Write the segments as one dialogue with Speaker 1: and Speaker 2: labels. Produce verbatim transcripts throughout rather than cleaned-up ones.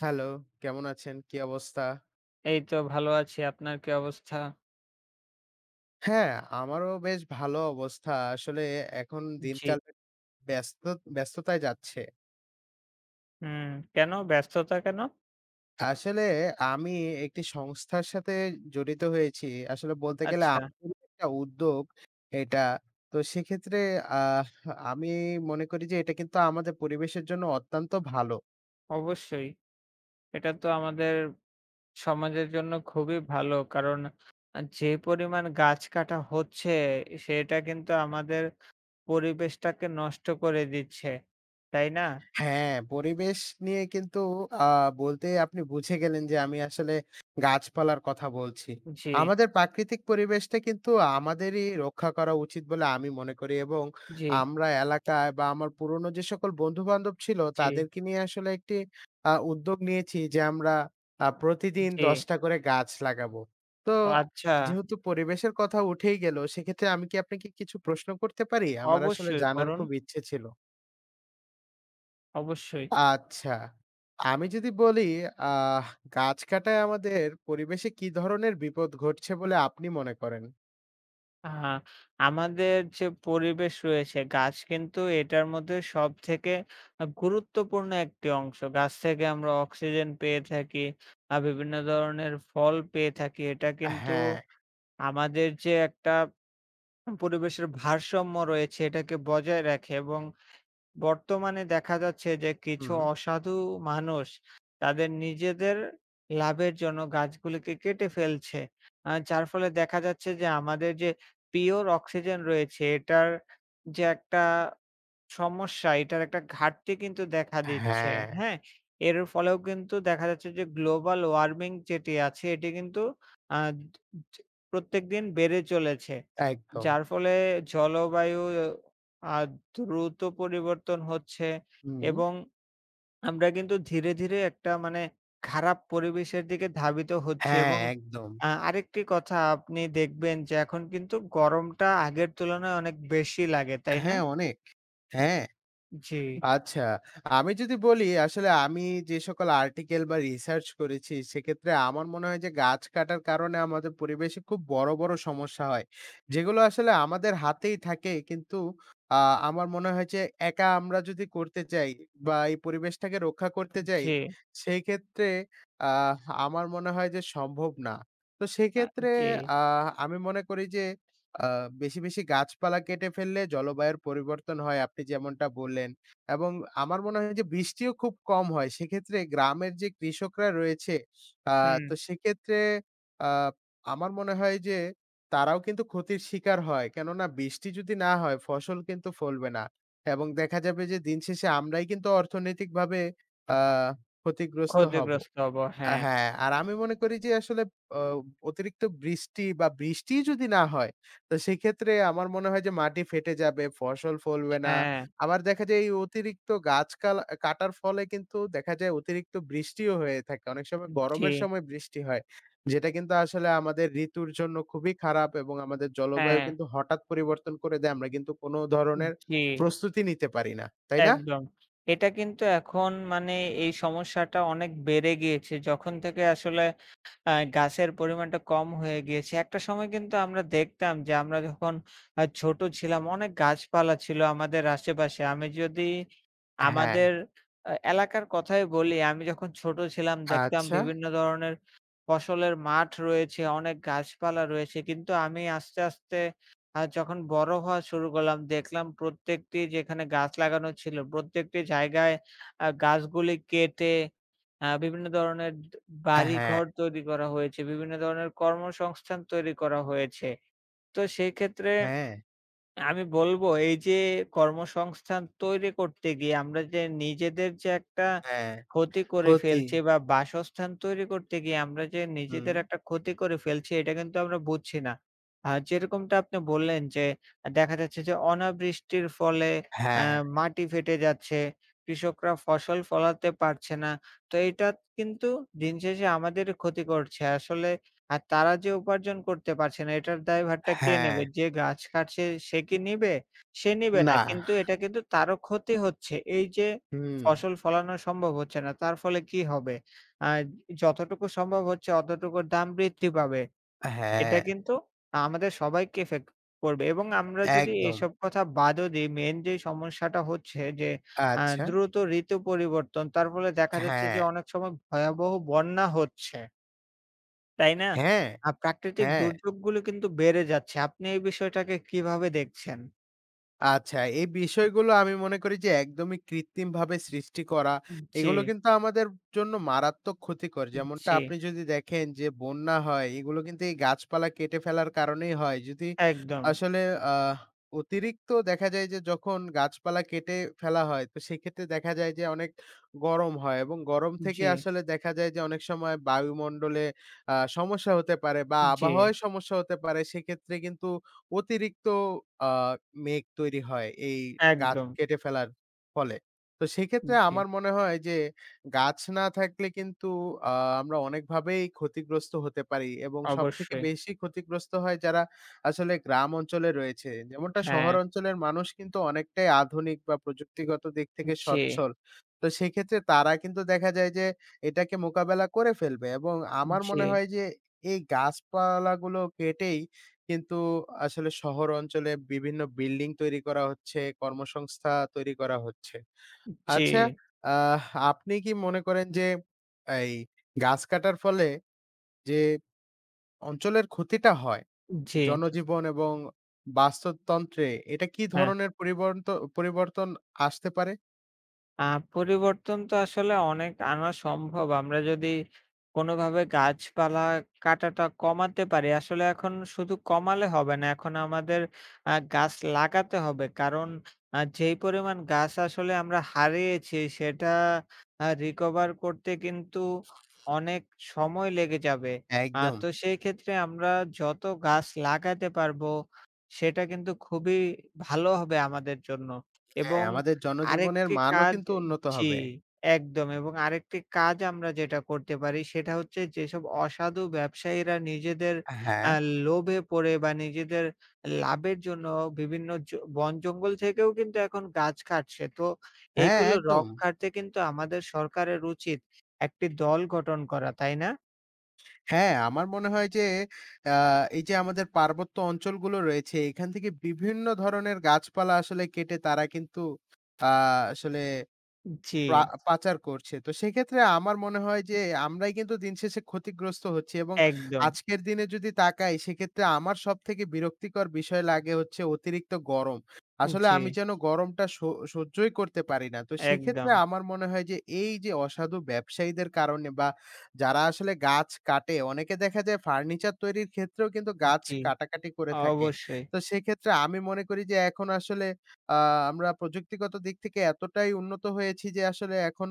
Speaker 1: Hello, কেমন আছেন? কি অবস্থা?
Speaker 2: এই তো ভালো আছি। আপনার কি অবস্থা?
Speaker 1: হ্যাঁ, আমারও বেশ ভালো অবস্থা। আসলে এখন
Speaker 2: জি।
Speaker 1: দিনকাল ব্যস্ত ব্যস্ততায় যাচ্ছে।
Speaker 2: হুম, কেন? ব্যস্ততা কেন?
Speaker 1: আসলে আমি একটি সংস্থার সাথে জড়িত হয়েছি। আসলে বলতে গেলে
Speaker 2: আচ্ছা,
Speaker 1: আমাদের একটা উদ্যোগ এটা। তো সেক্ষেত্রে আহ আমি মনে করি যে এটা কিন্তু আমাদের পরিবেশের জন্য অত্যন্ত ভালো।
Speaker 2: অবশ্যই। এটা তো আমাদের সমাজের জন্য খুবই ভালো। কারণ আ যে পরিমাণ গাছ কাটা হচ্ছে, সেটা কিন্তু আমাদের পরিবেশটাকে নষ্ট করে দিচ্ছে। তাই না?
Speaker 1: হ্যাঁ, পরিবেশ নিয়ে কিন্তু আ বলতে আপনি বুঝে গেলেন যে আমি আসলে গাছপালার কথা বলছি।
Speaker 2: জি,
Speaker 1: আমাদের প্রাকৃতিক পরিবেশটা কিন্তু আমাদেরই রক্ষা করা উচিত বলে আমি মনে করি এবং
Speaker 2: জি,
Speaker 1: আমরা এলাকায় বা আমার পুরনো যে সকল বন্ধু-বান্ধব ছিল
Speaker 2: জি,
Speaker 1: তাদেরকে নিয়ে আসলে একটি আ উদ্যোগ নিয়েছি যে আমরা আ প্রতিদিন
Speaker 2: জি।
Speaker 1: দশ টা করে গাছ লাগাবো। তো
Speaker 2: ও আচ্ছা,
Speaker 1: যেহেতু পরিবেশের কথা উঠেই গেল সেক্ষেত্রে আমি কি আপনাকে কিছু প্রশ্ন করতে পারি? আমার আসলে
Speaker 2: অবশ্যই
Speaker 1: জানার
Speaker 2: করুন,
Speaker 1: খুব ইচ্ছে ছিল।
Speaker 2: অবশ্যই।
Speaker 1: আচ্ছা। আমি যদি বলি আহ গাছ কাটায় আমাদের পরিবেশে কি ধরনের বিপদ ঘটছে বলে আপনি মনে করেন?
Speaker 2: আ আমাদের যে পরিবেশ রয়েছে, গাছ কিন্তু এটার মধ্যে সবথেকে আ গুরুত্বপূর্ণ একটি অংশ। গাছ থেকে আমরা অক্সিজেন পেয়ে থাকি। আ বিভিন্ন ধরনের ফল পেয়ে থাকি। এটা কিন্তু
Speaker 1: হ্যাঁ,
Speaker 2: আমাদের যে একটা পরিবেশের ভারসাম্য রয়েছে, এটাকে বজায় রাখে এবং বর্তমানে দেখা যাচ্ছে যে কিছু
Speaker 1: হুম।
Speaker 2: অসাধু মানুষ তাদের নিজেদের লাভের জন্য গাছগুলিকে কেটে ফেলছে। আ যার ফলে দেখা যাচ্ছে যে আমাদের যে পিওর অক্সিজেন রয়েছে এটার যে একটা সমস্যা, এটার একটা ঘাটতি কিন্তু দেখা দিচ্ছে।
Speaker 1: হ্যাঁ,
Speaker 2: হ্যাঁ? এর ফলেও কিন্তু দেখা যাচ্ছে যে গ্লোবাল ওয়ার্মিং যেটি আছে এটি কিন্তু আ য প্রত্যেকদিন বেড়ে চলেছে।
Speaker 1: একদম।
Speaker 2: যার ফলে জলবায়ু আ দ্রুত পরিবর্তন হচ্ছে
Speaker 1: হুম।
Speaker 2: এবং আমরা কিন্তু ধীরে, ধীরে একটা মানে খারাপ পরিবেশের দিকে ধাবিত হচ্ছি
Speaker 1: হ্যাঁ,
Speaker 2: এবং
Speaker 1: একদম।
Speaker 2: আ আরেকটি কথা আপনি দেখবেন যে এখন কিন্তু গরমটা আগের তুলনায় অনেক বেশি লাগে, তাই না?
Speaker 1: হ্যাঁ, অনেক। হ্যাঁ।
Speaker 2: জি,
Speaker 1: আচ্ছা। আমি যদি বলি আসলে আমি যে সকল আর্টিকেল বা রিসার্চ করেছি সেক্ষেত্রে আমার মনে হয় যে গাছ কাটার কারণে আমাদের পরিবেশে খুব বড়, বড় সমস্যা হয়। যেগুলো আসলে আমাদের হাতেই থাকে কিন্তু আ আমার মনে হয় যে একা আমরা যদি করতে চাই বা এই পরিবেশটাকে রক্ষা করতে চাই
Speaker 2: জি।
Speaker 1: সেই ক্ষেত্রে আহ আমার মনে হয় যে সম্ভব না। তো
Speaker 2: আ
Speaker 1: সেক্ষেত্রে
Speaker 2: জি।
Speaker 1: আ আমি মনে করি যে আ বেশি, বেশি গাছপালা কেটে ফেললে জলবায়ুর পরিবর্তন হয় আপনি যেমনটা বললেন। এবং আমার মনে হয় যে বৃষ্টিও খুব কম হয়। সেক্ষেত্রে গ্রামের যে কৃষকরা রয়েছে, আ
Speaker 2: হুম।
Speaker 1: তো সেক্ষেত্রে আ আমার মনে হয় যে তারাও কিন্তু ক্ষতির শিকার হয়। কেননা বৃষ্টি যদি না হয় ফসল কিন্তু ফলবে না। এবং দেখা যাবে যে দিন শেষে আমরাই কিন্তু অর্থনৈতিকভাবে আ ক্ষতিগ্রস্ত হব।
Speaker 2: ক্ষতিগ্রস্ত হব।
Speaker 1: আ
Speaker 2: হ্যাঁ,
Speaker 1: হ্যাঁ, আর আমি মনে করি যে আসলে অ অতিরিক্ত বৃষ্টি বা বৃষ্টি যদি না হয়, তো সেক্ষেত্রে আমার মনে হয় যে মাটি ফেটে যাবে, ফসল ফলবে না।
Speaker 2: হ্যাঁ,
Speaker 1: আবার দেখা যায় এই অতিরিক্ত গাছ কালা কাটার ফলে কিন্তু দেখা যায় অতিরিক্ত বৃষ্টিও হয়ে থাকে। অনেক সময়
Speaker 2: জি,
Speaker 1: গরমের সময় বৃষ্টি হয়। যেটা কিন্তু আসলে আমাদের ঋতুর জন্য খুবই খারাপ এবং আমাদের জলবায়ু
Speaker 2: হ্যাঁ,
Speaker 1: কিন্তু হঠাৎ পরিবর্তন করে দেয়। আমরা কিন্তু কোনো ধরনের
Speaker 2: জি,
Speaker 1: প্রস্তুতি নিতে পারি না। তাই না?
Speaker 2: একদম। এটা কিন্তু এখন মানে এই সমস্যাটা অনেক বেড়ে গিয়েছে। যখন থেকে আসলে আ গাছের পরিমাণটা কম হয়ে গিয়েছে। একটা সময় কিন্তু আমরা দেখতাম যে আমরা যখন আ ছোট ছিলাম অনেক গাছপালা ছিল আমাদের আশেপাশে। আমি যদি
Speaker 1: হ্যাঁ,
Speaker 2: আমাদের আ এলাকার কথাই বলি, আমি যখন ছোট ছিলাম দেখতাম
Speaker 1: আচ্ছা।
Speaker 2: বিভিন্ন ধরনের ফসলের মাঠ রয়েছে, অনেক গাছপালা রয়েছে। কিন্তু আমি আস্তে, আস্তে আ যখন বড় হওয়া শুরু করলাম দেখলাম প্রত্যেকটি যেখানে গাছ লাগানো ছিল, প্রত্যেকটি জায়গায় আ গাছগুলি কেটে আ বিভিন্ন ধরনের ড
Speaker 1: হ্যাঁ,
Speaker 2: বাড়িঘর তৈরি করা হয়েছে, বিভিন্ন ধরনের কর্মসংস্থান তৈরি করা হয়েছে। তো সেই ক্ষেত্রে
Speaker 1: হ্যাঁ,
Speaker 2: আমি বলবো এই যে কর্মসংস্থান তৈরি করতে গিয়ে আমরা যে নিজেদের যে একটা
Speaker 1: হ্যাঁ।
Speaker 2: ক্ষতি করে
Speaker 1: ক্ষতি।
Speaker 2: ফেলছি বা বাসস্থান তৈরি করতে গিয়ে আমরা যে
Speaker 1: হুম।
Speaker 2: নিজেদের একটা ক্ষতি করে ফেলছি এটা কিন্তু আমরা বুঝছি না। আ যেরকমটা আপনি বললেন যে দেখা যাচ্ছে যে অনাবৃষ্টির ফলে আ
Speaker 1: হ্যাঁ,
Speaker 2: মাটি ফেটে যাচ্ছে, কৃষকরা ফসল ফলাতে পারছে না। তো এটা কিন্তু দিন শেষে আমাদের ক্ষতি করছে। আসলে আর তারা যে উপার্জন করতে পারছে না এটার দায়ভারটা কে
Speaker 1: হ্যাঁ।
Speaker 2: নেবে? যে গাছ কাটছে সে কি নিবে? সে নিবে না।
Speaker 1: না।
Speaker 2: কিন্তু এটা কিন্তু তারও ক্ষতি হচ্ছে। এই যে
Speaker 1: হুম।
Speaker 2: ফসল ফলানো সম্ভব হচ্ছে না তার ফলে কি হবে? আ যতটুকু সম্ভব হচ্ছে অতটুকুর দাম বৃদ্ধি পাবে। এটা
Speaker 1: হ্যাঁ,
Speaker 2: কিন্তু আমাদের সবাইকে এফেক্ট করবে এবং আমরা যদি
Speaker 1: একদম।
Speaker 2: এসব কথা বাদও দিই মেইন যে সমস্যাটা হচ্ছে যে আ
Speaker 1: আচ্ছা।
Speaker 2: দ্রুত ঋতু পরিবর্তন তার ফলে দেখা যাচ্ছে
Speaker 1: হ্যাঁ,
Speaker 2: যে অনেক সময় ভয়াবহ বন্যা হচ্ছে। তাই না?
Speaker 1: হ্যাঁ,
Speaker 2: আ প্রাকৃতিক
Speaker 1: হ্যাঁ।
Speaker 2: দুর্যোগগুলো কিন্তু বেড়ে যাচ্ছে। আপনি এই বিষয়টাকে কিভাবে দেখছেন?
Speaker 1: আচ্ছা, এই বিষয়গুলো আমি মনে করি যে একদমই কৃত্রিমভাবে সৃষ্টি করা,
Speaker 2: জি,
Speaker 1: এগুলো কিন্তু আমাদের জন্য মারাত্মক ক্ষতিকর। যেমনটা
Speaker 2: জি,
Speaker 1: আপনি যদি দেখেন যে বন্যা হয়, এগুলো কিন্তু এই গাছপালা কেটে ফেলার কারণেই হয়। যদি
Speaker 2: একদম।
Speaker 1: আসলে আহ অতিরিক্ত দেখা যায় যে যখন গাছপালা কেটে ফেলা হয়, তো সেক্ষেত্রে দেখা যায় যে অনেক গরম হয় এবং গরম থেকে
Speaker 2: জি,
Speaker 1: আসলে দেখা যায় যে অনেক সময় বায়ুমণ্ডলে আ সমস্যা হতে পারে বা
Speaker 2: জি,
Speaker 1: আবহাওয়ায় সমস্যা হতে পারে। সেক্ষেত্রে কিন্তু অতিরিক্ত আ মেঘ তৈরি হয় এই গাছ
Speaker 2: একদম।
Speaker 1: কেটে ফেলার ফলে। তো সেক্ষেত্রে
Speaker 2: জি,
Speaker 1: আমার মনে হয় যে গাছ না থাকলে কিন্তু আ আমরা অনেকভাবেই ক্ষতিগ্রস্ত হতে পারি এবং সবথেকে
Speaker 2: অবশ্যই।
Speaker 1: বেশি ক্ষতিগ্রস্ত হয় যারা আসলে গ্রাম অঞ্চলে রয়েছে। যেমনটা শহর
Speaker 2: হ্যাঁ,
Speaker 1: অঞ্চলের মানুষ কিন্তু অনেকটাই আধুনিক বা প্রযুক্তিগত দিক থেকে
Speaker 2: জি,
Speaker 1: সচ্ছল। তো সেক্ষেত্রে তারা কিন্তু দেখা যায় যে এটাকে মোকাবেলা করে ফেলবে এবং আমার
Speaker 2: জি,
Speaker 1: মনে হয় যে এই গাছপালাগুলো কেটেই কিন্তু আসলে শহর অঞ্চলে বিভিন্ন বিল্ডিং তৈরি করা হচ্ছে, কর্মসংস্থা তৈরি করা হচ্ছে।
Speaker 2: জি,
Speaker 1: আচ্ছা, আহ আপনি কি মনে করেন যে এই গাছ কাটার ফলে যে অঞ্চলের ক্ষতিটা হয়,
Speaker 2: জি,
Speaker 1: জনজীবন এবং বাস্তুতন্ত্রে এটা কি
Speaker 2: হ্যাঁ।
Speaker 1: ধরনের পরিবর্ত পরিবর্তন আসতে পারে?
Speaker 2: আ পরিবর্তন তো আসলে অনেক আনা সম্ভব। আমরা যদি কোনোভাবে গাছপালা কাটাটা কমাতে পারি। আসলে এখন শুধু কমালে হবে না। এখন আমাদের আ গাছ লাগাতে হবে। কারণ আ যেই পরিমাণ গাছ আসলে আমরা হারিয়েছি সেটা আ recover করতে কিন্তু অনেক সময় লেগে যাবে। আ
Speaker 1: একদম।
Speaker 2: তো সেই ক্ষেত্রে আমরা যত গাছ লাগাতে পারবো সেটা কিন্তু খুবই ভালো হবে আমাদের জন্য
Speaker 1: হ্যাঁ,
Speaker 2: এবং
Speaker 1: আমাদের জনজীবনের
Speaker 2: আরেকটি
Speaker 1: মানও
Speaker 2: কাজ
Speaker 1: কিন্তু উন্নত
Speaker 2: জি,
Speaker 1: হবে।
Speaker 2: একদম এবং আরেকটি কাজ আমরা যেটা করতে পারি সেটা হচ্ছে যেসব অসাধু ব্যবসায়ীরা নিজেদের
Speaker 1: হ্যাঁ,
Speaker 2: আ লোভে পড়ে বা নিজেদের লাভের জন্য বিভিন্ন জ বন-জঙ্গল থেকেও কিন্তু এখন গাছ কাটছে। তো
Speaker 1: হ্যাঁ
Speaker 2: এগুলো
Speaker 1: একদম।
Speaker 2: রক্ষার্থে কিন্তু আমাদের সরকারের উচিত একটি দল গঠন করা, তাই না?
Speaker 1: হ্যাঁ, আমার মনে হয় যে আ এই যে আমাদের পার্বত্য অঞ্চলগুলো রয়েছে, এখান থেকে বিভিন্ন ধরনের গাছপালা আসলে কেটে তারা কিন্তু আ আসলে
Speaker 2: জি,
Speaker 1: প্রা পাচার করছে। তো সেক্ষেত্রে আমার মনে হয় যে আমরাই কিন্তু দিন শেষে ক্ষতিগ্রস্ত হচ্ছি এবং
Speaker 2: একদম।
Speaker 1: আজকের দিনে যদি তাকাই সেক্ষেত্রে আমার সবথেকে বিরক্তিকর বিষয় লাগে হচ্ছে অতিরিক্ত গরম। আসলে
Speaker 2: জি,
Speaker 1: আমি যেন গরমটা স সহ্যই করতে পারি না। তো সেক্ষেত্রে
Speaker 2: একদম।
Speaker 1: আমার মনে হয় যে এই যে অসাধু ব্যবসায়ীদের কারণে বা যারা আসলে গাছ কাটে অনেকে দেখা যায় ফার্নিচার তৈরির ক্ষেত্রেও কিন্তু গাছ
Speaker 2: জি,
Speaker 1: কাটাকাটি করে থাকে।
Speaker 2: অবশ্যই।
Speaker 1: তো সেক্ষেত্রে আমি মনে করি যে এখন আসলে আ আমরা প্রযুক্তিগত দিক থেকে এতটাই উন্নত হয়েছি যে আসলে এখন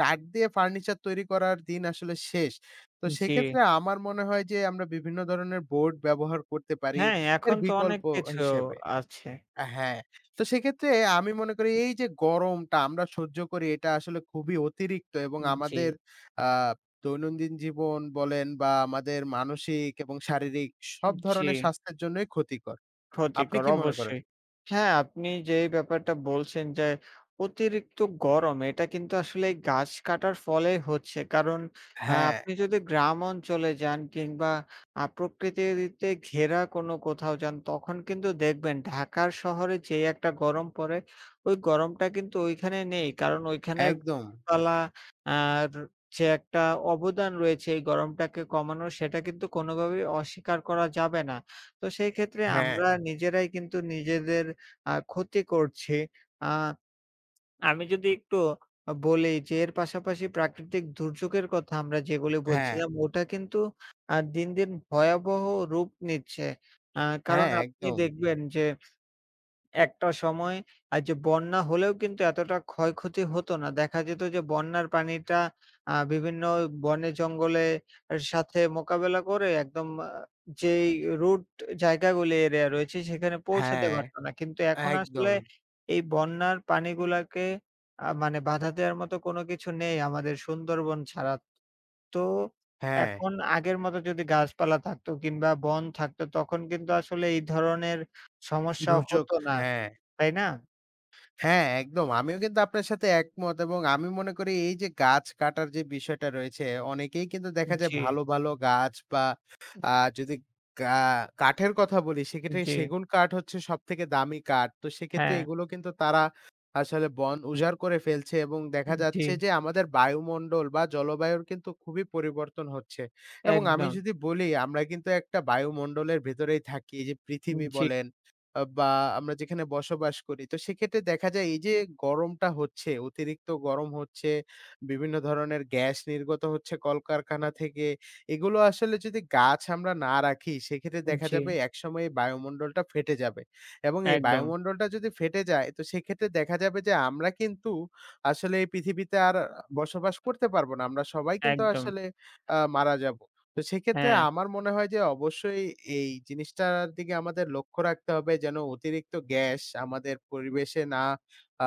Speaker 1: কাঠ দিয়ে ফার্নিচার তৈরি করার দিন আসলে শেষ। তো
Speaker 2: জি।
Speaker 1: সেক্ষেত্রে আমার মনে হয় যে আমরা বিভিন্ন ধরনের বোর্ড ব্যবহার করতে পারি
Speaker 2: হ্যাঁ,
Speaker 1: এর
Speaker 2: এখন তো অনেক
Speaker 1: বিকল্প
Speaker 2: কিছু
Speaker 1: হিসেবে।
Speaker 2: আছে।
Speaker 1: হ্যাঁ, তো সেক্ষেত্রে আমি মনে করি এই যে গরমটা আমরা সহ্য করি এটা আসলে খুবই অতিরিক্ত এবং
Speaker 2: জি।
Speaker 1: আমাদের আ দৈনন্দিন জীবন বলেন বা আমাদের মানসিক এবং শারীরিক সব
Speaker 2: জি,
Speaker 1: ধরনের স্বাস্থ্যের জন্যই ক্ষতিকর। আপনি
Speaker 2: ক্ষতিকর
Speaker 1: কি মনে করেন?
Speaker 2: অবশ্যই। হ্যাঁ, আপনি যেই ব্যাপারটা বলছেন যে অতিরিক্ত গরম এটা কিন্তু আসলে এই গাছ কাটার ফলেই হচ্ছে। কারণ আ
Speaker 1: হ্যাঁ,
Speaker 2: আপনি যদি গ্রাম অঞ্চলে যান কিংবা আ প্রকৃতিতে ঘেরা কোনো কোথাও যান তখন কিন্তু দেখবেন ঢাকার শহরে যেই একটা গরম পড়ে ওই গরমটা কিন্তু ওইখানে নেই। কারণ ওইখানের
Speaker 1: একদম।
Speaker 2: গাছপালা আর যে একটা অবদান রয়েছে এই গরমটাকে কমানোর সেটা কিন্তু কোনোভাবেই অস্বীকার করা যাবে না। তো সেই ক্ষেত্রে
Speaker 1: হ্যাঁ,
Speaker 2: আমরা নিজেরাই কিন্তু নিজেদের আ ক্ষতি করছি। আ আমি যদি একটু আ বলি যে এর পাশাপাশি প্রাকৃতিক দুর্যোগের কথা আমরা যেগুলি
Speaker 1: হ্যাঁ,
Speaker 2: বলছিলাম ওটা কিন্তু আ দিন, দিন ভয়াবহ রূপ নিচ্ছে। আ
Speaker 1: হ্যাঁ,
Speaker 2: কারণ আপনি
Speaker 1: একদম।
Speaker 2: দেখবেন যে একটা সময় আর যে বন্যা হলেও কিন্তু এতটা ক্ষয়ক্ষতি হতো না। দেখা যেত যে বন্যার পানিটা আ বিভিন্ন বনে জঙ্গলে এর সাথে মোকাবেলা করে একদম আ যেই রুট জায়গাগুলি এরিয়া রয়েছে সেখানে পৌঁছাতে
Speaker 1: হ্যাঁ,
Speaker 2: পারত না। কিন্তু এখন আসলে
Speaker 1: একদম।
Speaker 2: এই বন্যার পানিগুলাকে আ মানে বাধা দেওয়ার মতো কোনো কিছু নেই আমাদের সুন্দরবন ছাড়া। তো
Speaker 1: হ্যাঁ,
Speaker 2: এখন আগের মতো যদি গাছপালা থাকতো কিংবা বন থাকতো তখন কিন্তু আসলে এই ধরনের সমস্যা
Speaker 1: দুর্যোগ
Speaker 2: হতো না।
Speaker 1: হ্যাঁ।
Speaker 2: তাই না?
Speaker 1: হ্যাঁ, একদম। আমিও কিন্তু আপনার সাথে একমত এবং আমি মনে করি এই যে গাছ কাটার যে বিষয়টা রয়েছে, অনেকেই কিন্তু দেখা যায়
Speaker 2: জি,
Speaker 1: ভালো, ভালো গাছ বা আ যদি কা কাঠের কথা বলি, সেক্ষেত্রে
Speaker 2: জি,
Speaker 1: সেগুন কাঠ হচ্ছে সবথেকে দামি কাঠ। তো সেক্ষেত্রে
Speaker 2: হ্যাঁ,
Speaker 1: এগুলো কিন্তু তারা আসলে বন উজাড় করে ফেলছে এবং দেখা
Speaker 2: জি,
Speaker 1: যাচ্ছে যে আমাদের বায়ুমণ্ডল বা জলবায়ুর কিন্তু খুবই পরিবর্তন হচ্ছে। এবং আমি
Speaker 2: একদম,
Speaker 1: যদি বলি, আমরা কিন্তু একটা বায়ুমণ্ডলের ভেতরেই থাকি। এই যে পৃথিবী
Speaker 2: জি,
Speaker 1: বলেন আ বা আমরা যেখানে বসবাস করি। তো সেক্ষেত্রে দেখা যায় এই যে গরমটা হচ্ছে, অতিরিক্ত গরম হচ্ছে, বিভিন্ন ধরনের গ্যাস নির্গত হচ্ছে কলকারখানা থেকে। এগুলো আসলে যদি গাছ আমরা না রাখি সেক্ষেত্রে দেখা
Speaker 2: জি,
Speaker 1: যাবে একসময় এই বায়ুমণ্ডলটা ফেটে যাবে। এবং এই
Speaker 2: একদম,
Speaker 1: বায়ুমণ্ডলটা যদি ফেটে যায় তো সেক্ষেত্রে দেখা যাবে যে আমরা কিন্তু আসলে এই পৃথিবীতে আর বসবাস করতে পারব না। আমরা সবাই কিন্তু
Speaker 2: একদম,
Speaker 1: আসলে আ মারা যাব। তো সেক্ষেত্রে
Speaker 2: হ্যাঁ,
Speaker 1: আমার মনে হয় যে অবশ্যই এই জিনিসটার দিকে আমাদের লক্ষ্য রাখতে হবে যেন অতিরিক্ত গ্যাস আমাদের পরিবেশে না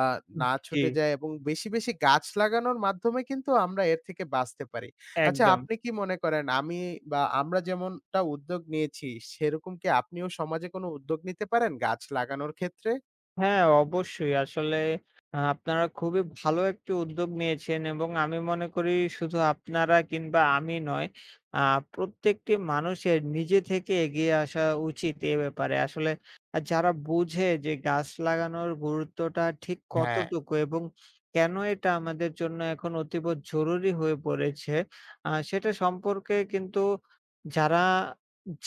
Speaker 1: আ না
Speaker 2: জি,
Speaker 1: ছুটে যায় এবং বেশি, বেশি গাছ লাগানোর মাধ্যমে কিন্তু আমরা এর থেকে বাঁচতে পারি। আচ্ছা
Speaker 2: একদম।
Speaker 1: আপনি কি মনে করেন আমি বা আমরা যেমনটা উদ্যোগ নিয়েছি সেরকম কি আপনিও সমাজে কোনো উদ্যোগ নিতে পারেন গাছ লাগানোর ক্ষেত্রে?
Speaker 2: হ্যাঁ, অবশ্যই। আসলে আ আপনারা খুবই ভালো একটি উদ্যোগ নিয়েছেন এবং আমি মনে করি শুধু আপনারা কিংবা আমি নয়, আ প্রত্যেকটি মানুষের নিজে থেকে এগিয়ে আসা উচিত এ ব্যাপারে। আসলে আ যারা বুঝে যে গাছ লাগানোর গুরুত্বটা ঠিক
Speaker 1: হ্যাঁ,
Speaker 2: কতটুকু এবং কেন এটা আমাদের জন্য এখন অতীব জরুরি হয়ে পড়েছে, আ সেটা সম্পর্কে কিন্তু যারা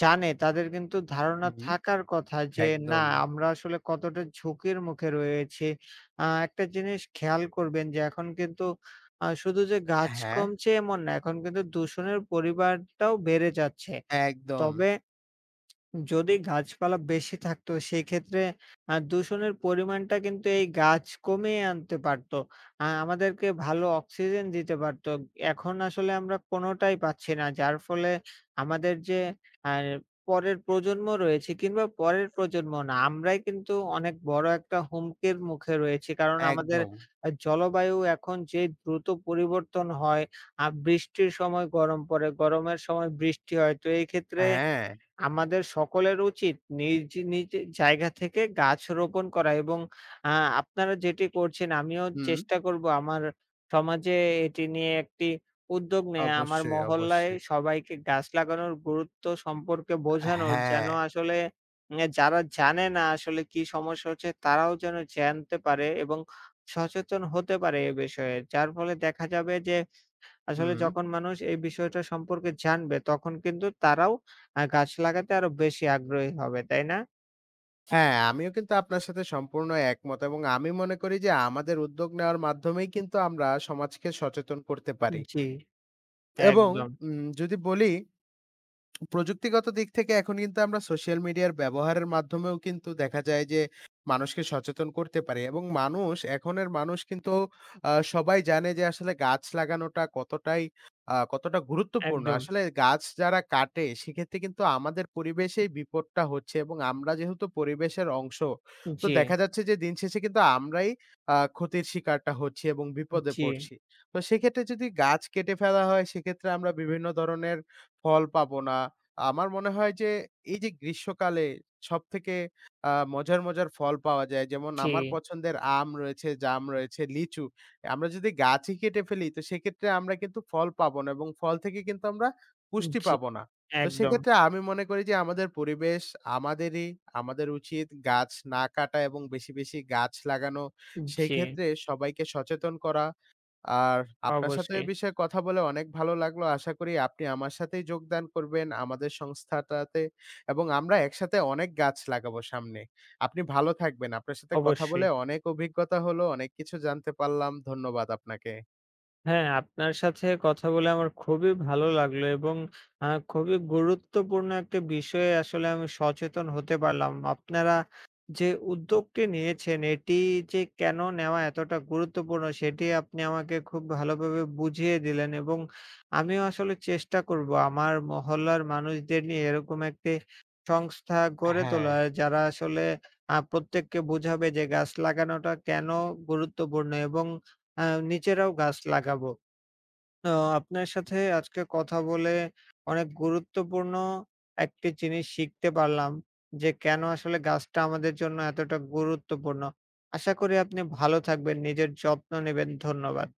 Speaker 2: জানে তাদের কিন্তু ধারণা
Speaker 1: হুম,
Speaker 2: থাকার কথা যে না
Speaker 1: একদম।
Speaker 2: আমরা আসলে কতটা ঝুঁকির মুখে রয়েছি। আ একটা জিনিস খেয়াল করবেন যে এখন কিন্তু আ শুধু যে গাছ
Speaker 1: হ্যাঁ,
Speaker 2: কমছে এমন না। এখন কিন্তু দূষণের পরিমাণটাও বেড়ে যাচ্ছে।
Speaker 1: একদম,
Speaker 2: তবে যদি গাছপালা বেশি থাকতো সেক্ষেত্রে আ দূষণের পরিমাণটা কিন্তু এই গাছ কমিয়ে আনতে পারতো। আ আমাদেরকে ভালো অক্সিজেন দিতে পারতো। এখন আসলে আমরা কোনটাই পাচ্ছি না। যার ফলে আমাদের যে আ পরের প্রজন্ম রয়েছে কিংবা পরের প্রজন্ম না, আমরাই কিন্তু অনেক বড় একটা হুমকির মুখে রয়েছি। কারণ আমাদের
Speaker 1: একদম।
Speaker 2: আ জলবায়ু এখন যে দ্রুত পরিবর্তন হয়, আ বৃষ্টির সময় গরম পড়ে, গরমের সময় বৃষ্টি হয়। তো এই ক্ষেত্রে
Speaker 1: হ্যাঁ,
Speaker 2: আমাদের সকলের উচিত নিজ, নিজ জায়গা থেকে গাছ রোপণ করা এবং আ আপনারা যেটি করছেন আমিও
Speaker 1: হুম,
Speaker 2: চেষ্টা করব আমার সমাজে এটি নিয়ে একটি উদ্যোগ নেয়া। আমার
Speaker 1: অবশ্যই,
Speaker 2: মহল্লায়
Speaker 1: অবশ্যই।
Speaker 2: সবাইকে গাছ লাগানোর গুরুত্ব সম্পর্কে বোঝানোর
Speaker 1: হ্যাঁ।
Speaker 2: যেন আসলে এ যারা জানে না আসলে কি সমস্যা হচ্ছে তারাও যেন জানতে পারে এবং সচেতন হতে পারে এ বিষয়ে। যার ফলে দেখা যাবে যে আসলে
Speaker 1: হুম।
Speaker 2: যখন মানুষ এই বিষয়টা সম্পর্কে জানবে তখন কিন্তু তারাও আ গাছ লাগাতে আরো বেশি আগ্রহী হবে, তাই না?
Speaker 1: হ্যাঁ, আমিও কিন্তু আপনার সাথে সম্পূর্ণ একমত এবং আমি মনে করি যে আমাদের উদ্যোগ নেওয়ার মাধ্যমেই কিন্তু আমরা সমাজকে সচেতন করতে পারি
Speaker 2: জি,
Speaker 1: এবং
Speaker 2: একদম,
Speaker 1: উম যদি বলি প্রযুক্তিগত দিক থেকে এখন কিন্তু আমরা সোশ্যাল মিডিয়ার ব্যবহারের মাধ্যমেও কিন্তু দেখা যায় যে মানুষকে সচেতন করতে পারি এবং মানুষ এখনের মানুষ কিন্তু আহ, সবাই জানে যে আসলে গাছ লাগানোটা কতটাই আহ, কতটা গুরুত্বপূর্ণ
Speaker 2: একদম।
Speaker 1: আসলে গাছ যারা কাটে সেক্ষেত্রে কিন্তু আমাদের পরিবেশেই বিপদটা হচ্ছে এবং আমরা যেহেতু পরিবেশের অংশ তো
Speaker 2: জি,
Speaker 1: দেখা যাচ্ছে যে দিন শেষে কিন্তু আমরাই আহ, ক্ষতির শিকারটা হচ্ছি এবং বিপদে
Speaker 2: জি,
Speaker 1: পড়ছি তো সেক্ষেত্রে যদি গাছ কেটে ফেলা হয় সেক্ষেত্রে আমরা বিভিন্ন ধরনের ফল পাবো না আমার মনে হয় যে এই যে গ্রীষ্মকালে সবথেকে আ মজার, মজার ফল পাওয়া যায়। যেমন
Speaker 2: জি,
Speaker 1: আমার পছন্দের আম রয়েছে, জাম রয়েছে, লিচু। আমরা যদি গাছই কেটে ফেলি তো সেক্ষেত্রে আমরা কিন্তু ফল পাবো না এবং ফল থেকে কিন্তু আমরা পুষ্টি
Speaker 2: জি,
Speaker 1: পাবো না। তো
Speaker 2: একদম।
Speaker 1: সেক্ষেত্রে আমি মনে করি যে আমাদের পরিবেশ আমাদেরই। আমাদের উচিত গাছ না কাটা এবং বেশি, বেশি গাছ লাগানো। সেই
Speaker 2: জি,
Speaker 1: ক্ষেত্রে সবাইকে সচেতন করা। আর আপনার সাথে এই
Speaker 2: অবশ্যই,
Speaker 1: বিষয়ে কথা বলে অনেক ভালো লাগলো। আশা করি আপনি আমার সাথেই যোগদান করবেন আমাদের সংস্থাটাতে এবং আমরা একসাথে অনেক গাছ লাগাবো সামনে। আপনি ভালো থাকবেন। আপনার সাথে কথা বলে
Speaker 2: অবশ্যই।
Speaker 1: অনেক অভিজ্ঞতা হলো, অনেক কিছু জানতে পারলাম। ধন্যবাদ আপনাকে।
Speaker 2: হ্যাঁ, আপনার সাথে কথা বলে আমার খুবই ভালো লাগলো এবং আ খুবই গুরুত্বপূর্ণ একটা বিষয়ে আসলে আমি সচেতন হতে পারলাম। আপনারা যে উদ্যোগটি নিয়েছেন, এটি যে কেন নেওয়া এতটা গুরুত্বপূর্ণ, সেটি আপনি আমাকে খুব ভালোভাবে বুঝিয়ে দিলেন এবং আমিও আসলে চেষ্টা করব আমার মহল্লার মানুষদের নিয়ে এরকম একটি সংস্থা গড়ে
Speaker 1: হ্যাঁ।
Speaker 2: তোলার, যারা আসলে আ প্রত্যেককে বুঝাবে যে গাছ লাগানোটা কেন গুরুত্বপূর্ণ এবং আ নিজেরাও গাছ লাগাবো। তো আপনার সাথে আজকে কথা বলে অনেক গুরুত্বপূর্ণ একটি জিনিস শিখতে পারলাম যে, কেন আসলে গাছটা আমাদের জন্য এতটা গুরুত্বপূর্ণ। আশা করি আপনি ভালো থাকবেন, নিজের যত্ন নিবেন। ধন্যবাদ।